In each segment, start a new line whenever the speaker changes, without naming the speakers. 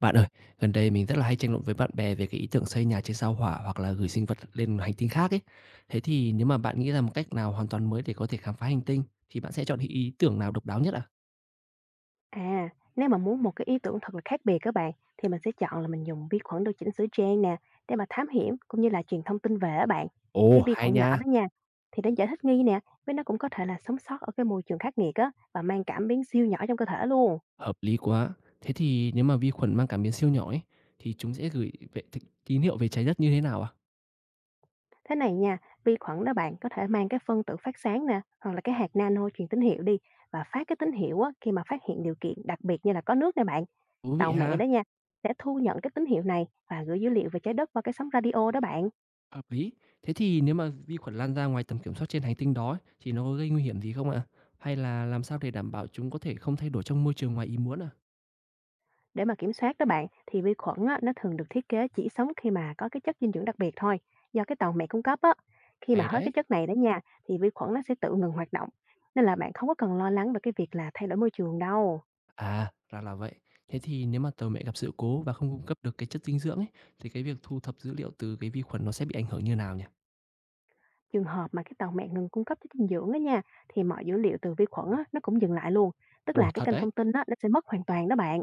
Bạn ơi, gần đây mình rất là hay tranh luận với bạn bè về cái ý tưởng xây nhà trên sao Hỏa hoặc là gửi sinh vật lên hành tinh khác ấy. Thế thì nếu mà bạn nghĩ ra một cách nào hoàn toàn mới để có thể khám phá hành tinh thì bạn sẽ chọn ý ý tưởng nào độc đáo nhất à?
À, nếu mà muốn một cái ý tưởng thật là khác biệt các bạn thì mình sẽ chọn là mình dùng vi khuẩn điều chỉnh sữa trang nè, để mà thám hiểm cũng như là truyền thông tin về á bạn.
Ồ,
Cái vi
hay
khuẩn nhỏ
nha,
đó nha thì nó dễ thích nghi nè, với nó cũng có thể là sống sót ở cái môi trường khắc nghiệt á, và mang cảm biến siêu nhỏ trong cơ thể luôn.
hợp lý quá. Thế thì nếu mà vi khuẩn mang cảm biến siêu nhỏ ấy thì chúng sẽ gửi vệ tín tín hiệu về trái đất như thế nào à?
Thế này nha, vi khuẩn đó bạn có thể mang cái phân tử phát sáng nè, hoặc là cái hạt nano truyền tín hiệu đi và phát cái tín hiệu á khi mà phát hiện điều kiện đặc biệt, như là có nước nè bạn.
Thú vị
Tàu mẹ
ha,
đó nha sẽ thu nhận cái tín hiệu này và gửi dữ liệu về trái đất qua cái sóng radio đó bạn.
hợp lý. Thế thì nếu mà vi khuẩn lan ra ngoài tầm kiểm soát trên hành tinh đó ấy, thì nó có gây nguy hiểm gì không ạ? Hay là làm sao để đảm bảo chúng có thể không thay đổi trong môi trường ngoài ý muốn à?
Để mà kiểm soát đó bạn, thì vi khuẩn á, nó thường được thiết kế chỉ sống khi mà có cái chất dinh dưỡng đặc biệt thôi, do cái tàu mẹ cung cấp á. Khi mà
Hay
hết
đấy.
cái chất này đó nha, thì vi khuẩn nó sẽ tự ngừng hoạt động. Nên là bạn không có cần lo lắng về cái việc là thay đổi môi trường đâu.
À, ra là vậy. Thế thì nếu mà tàu mẹ gặp sự cố và không cung cấp được cái chất dinh dưỡng ấy, thì cái việc thu thập dữ liệu từ cái vi khuẩn nó sẽ bị ảnh hưởng như nào nhỉ?
Trường hợp mà cái tàu mẹ ngừng cung cấp chất dinh dưỡng á nha, thì mọi dữ liệu từ vi khuẩn á, nó cũng dừng lại luôn. Tức
Ồ,
là cái
thật
kênh
đấy.
thông tin á, nó sẽ mất hoàn toàn đó bạn.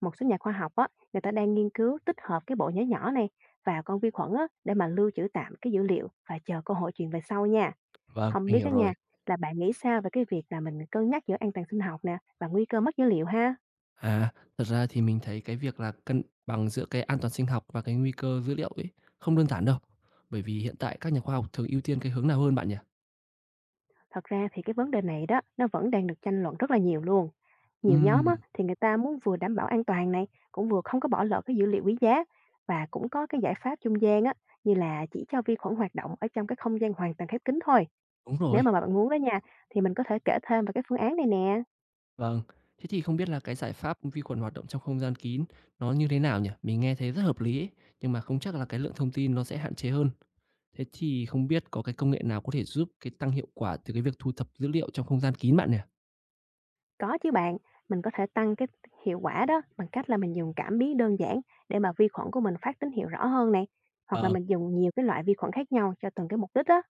Một số nhà khoa học á, người ta đang nghiên cứu tích hợp cái bộ nhớ nhỏ này vào con vi khuẩn á, để mà lưu trữ tạm cái dữ liệu và chờ cơ hội truyền về sau nha.
Vâng,
Không
mình
biết
hiểu
á
rồi.
nha, là bạn nghĩ sao về cái việc là mình cân nhắc giữa an toàn sinh học nè và nguy cơ mất dữ liệu ha?
À, thật ra thì mình thấy cái việc là cân bằng giữa cái an toàn sinh học và cái nguy cơ dữ liệu ấy không đơn giản đâu. Bởi vì hiện tại các nhà khoa học thường ưu tiên cái hướng nào hơn bạn nhỉ?
Thật ra thì cái vấn đề này đó, nó vẫn đang được tranh luận rất là nhiều luôn. Nhiều nhóm
Ừm,
á, thì người ta muốn vừa đảm bảo an toàn này, cũng vừa không có bỏ lỡ cái dữ liệu quý giá, và cũng có cái giải pháp trung gian á, như là chỉ cho vi khuẩn hoạt động ở trong cái không gian hoàn toàn khép kín thôi.
đúng rồi.
Nếu mà bạn muốn đó nha, thì mình có thể kể thêm về cái phương án này nè.
Vâng. Thế thì không biết là cái giải pháp vi khuẩn hoạt động trong không gian kín nó như thế nào nhỉ? Mình nghe thấy rất hợp lý ấy, nhưng mà không chắc là cái lượng thông tin nó sẽ hạn chế hơn. Thế thì không biết có cái công nghệ nào có thể giúp cái tăng hiệu quả từ cái việc thu thập dữ liệu trong không gian kín bạn nhỉ?
Có chứ bạn, mình có thể tăng cái hiệu quả đó bằng cách là mình dùng cảm biến đơn giản để mà vi khuẩn của mình phát tín hiệu rõ hơn này, hoặc là
Vâng,
mình dùng nhiều cái loại vi khuẩn khác nhau cho từng cái mục đích đó.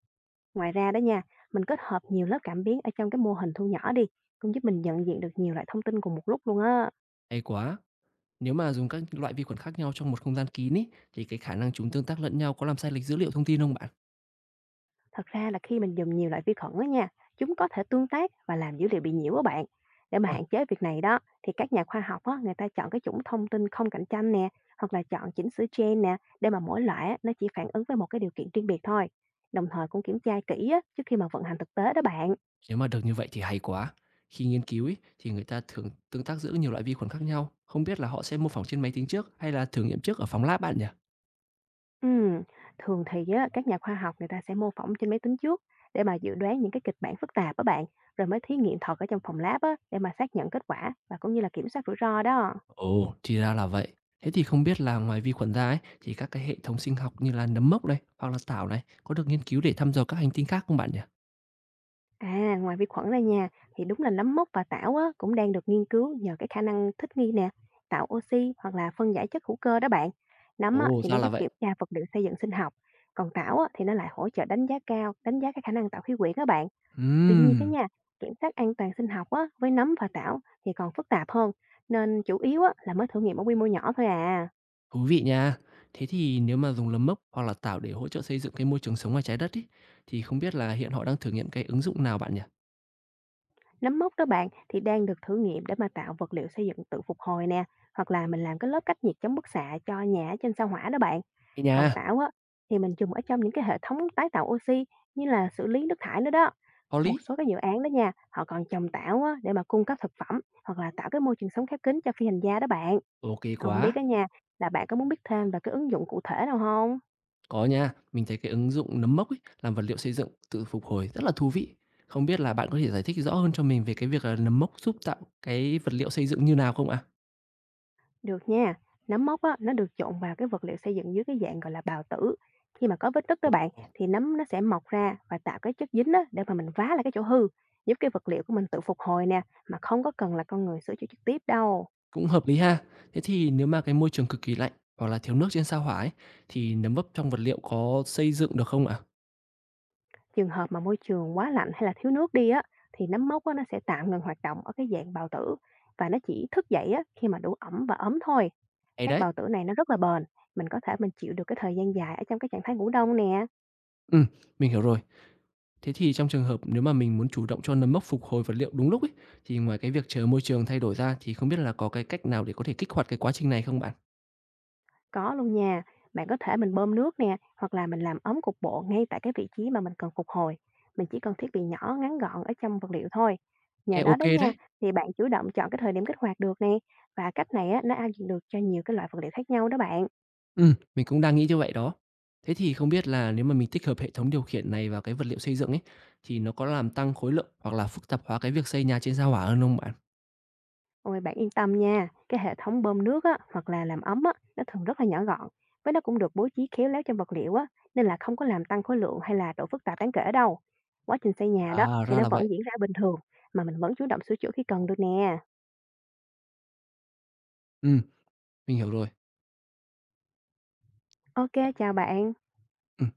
Ngoài ra đó nha, mình kết hợp nhiều lớp cảm biến ở trong cái mô hình thu nhỏ đi, cũng giúp mình nhận diện được nhiều loại thông tin cùng một lúc luôn á.
hay quá. Nếu mà dùng các loại vi khuẩn khác nhau trong một không gian kín ý, thì cái khả năng chúng tương tác lẫn nhau có làm sai lệch dữ liệu thông tin không bạn?
Thật ra là khi mình dùng nhiều loại vi khuẩn đó nha, chúng có thể tương tác và làm dữ liệu bị nhiễu á bạn. Để mà
Ôi,
hạn chế việc này đó, thì các nhà khoa học á, người ta chọn cái chủng thông tin không cạnh tranh nè, hoặc là chọn chỉnh sửa gen nè, để mà mỗi loại á, nó chỉ phản ứng với một cái điều kiện riêng biệt thôi. Đồng thời cũng kiểm tra kỹ á, trước khi mà vận hành thực tế đó bạn.
nếu mà được như vậy thì hay quá. Khi nghiên cứu ý, thì người ta thường tương tác giữa nhiều loại vi khuẩn khác nhau. Không biết là họ sẽ mô phỏng trên máy tính trước hay là thử nghiệm trước ở phòng lab bạn nhỉ?
Ừm, thường thì á, các nhà khoa học người ta sẽ mô phỏng trên máy tính trước để mà dự đoán những cái kịch bản phức tạp đó bạn, rồi mới thí nghiệm thật ở trong phòng lab á, để mà xác nhận kết quả và cũng như là kiểm soát rủi ro đó.
Ồ, thì ra là vậy. Thế thì không biết là ngoài vi khuẩn ra ấy, thì các cái hệ thống sinh học như là nấm mốc này hoặc là tảo này có được nghiên cứu để thăm dò các hành tinh khác không bạn nhỉ?
À, ngoài vi khuẩn ra nha, thì đúng là nấm mốc và tảo á, cũng đang được nghiên cứu nhờ cái khả năng thích nghi nè, tạo oxy hoặc là phân giải chất hữu cơ đó bạn. Nấm á,
Ồ,
thì nó
ra là
giúp
vậy.
kiểm tra vật liệu xây dựng sinh học, còn tảo á, thì nó lại hỗ trợ đánh giá cao, đánh giá cái khả năng tạo khí quyển đó bạn. Tuy nhiên cái
Ừm,
nha, kiểm soát an toàn sinh học á, với nấm và tảo thì còn phức tạp hơn, nên chủ yếu á, là mới thử nghiệm ở quy mô nhỏ thôi à.
thú vị nha. Thế thì nếu mà dùng nấm mốc hoặc là tảo để hỗ trợ xây dựng cái môi trường sống ngoài trái đất ấy, thì không biết là hiện họ đang thử nghiệm cái ứng dụng nào bạn nhỉ?
Nấm mốc đó bạn thì đang được thử nghiệm để mà tạo vật liệu xây dựng tự phục hồi nè, hoặc là mình làm cái lớp cách nhiệt chống bức xạ cho nhà ở trên sao hỏa đó bạn.
Hay
Còn
nha,
tảo á thì mình dùng ở trong những cái hệ thống tái tạo oxy, như là xử lý nước thải nữa đó.
có
Một
lý.
số cái dự án đó nha, họ còn trồng tảo á để mà cung cấp thực phẩm hoặc là tạo cái môi trường sống khép kín cho phi hành gia đó bạn.
Ok
Không biết
quá.
đó nha, là bạn có muốn biết thêm về cái ứng dụng cụ thể nào không?
Có nha, mình thấy cái ứng dụng nấm mốc ấy làm vật liệu xây dựng tự phục hồi rất là thú vị. Không biết là bạn có thể giải thích rõ hơn cho mình về cái việc là nấm mốc giúp tạo cái vật liệu xây dựng như nào không ạ?
Được nha, nấm mốc á, nó được trộn vào cái vật liệu xây dựng dưới cái dạng gọi là bào tử. Khi mà có vết nứt đó
Ồ.
bạn, thì nấm nó sẽ mọc ra và tạo cái chất dính á, để mà mình vá lại cái chỗ hư, giúp cái vật liệu của mình tự phục hồi nè, mà không có cần là con người sửa chữa trực tiếp đâu.
Cũng hợp lý ha. Thế thì nếu mà cái môi trường cực kỳ lạnh hoặc là thiếu nước trên sao Hỏa ấy, thì nấm mốc trong vật liệu có xây dựng được không ạ?
Trường hợp mà môi trường quá lạnh hay là thiếu nước đi á, thì nấm mốc á, nó sẽ tạm ngừng hoạt động ở cái dạng bào tử và nó chỉ thức dậy á, khi mà đủ ẩm và ấm thôi.
Hay
Các
đấy!
bào tử này nó rất là bền, mình có thể chịu được cái thời gian dài ở trong cái trạng thái ngủ đông nè.
Ừm, mình hiểu rồi. Thế thì trong trường hợp nếu mà mình muốn chủ động cho nấm mốc phục hồi vật liệu đúng lúc ấy, thì ngoài cái việc chờ môi trường thay đổi ra thì không biết là có cái cách nào để có thể kích hoạt cái quá trình này không bạn?
Có luôn nha, bạn có thể bơm nước nè, hoặc là mình làm ấm cục bộ ngay tại cái vị trí mà mình cần phục hồi. Mình chỉ cần thiết bị nhỏ, ngắn gọn ở trong vật liệu thôi. Nhờ
Nghe
đó
ok
đó nha,
đấy.
thì bạn chủ động chọn cái thời điểm kích hoạt được nè. Và cách này á, nó áp dụng được cho nhiều cái loại vật liệu khác nhau đó bạn.
Mình cũng đang nghĩ như vậy đó. Thế thì không biết là nếu mà mình tích hợp hệ thống điều khiển này vào cái vật liệu xây dựng ấy, thì nó có làm tăng khối lượng hoặc là phức tạp hóa cái việc xây nhà trên sao Hỏa hơn không bạn?
Ôi bạn yên tâm nha, cái hệ thống bơm nước á, hoặc là làm ấm á, nó thường rất là nhỏ gọn. Với nó cũng được bố trí khéo léo trong vật liệu á, nên là không có làm tăng khối lượng hay là độ phức tạp đáng kể đâu. Quá trình xây nhà đó
À,
thì
ra
nó
là
vẫn
vậy.
diễn ra bình thường, mà mình vẫn chủ động sửa chữa khi cần được nè.
Ừm, mình hiểu rồi.
OK, chào bạn.
Ừm.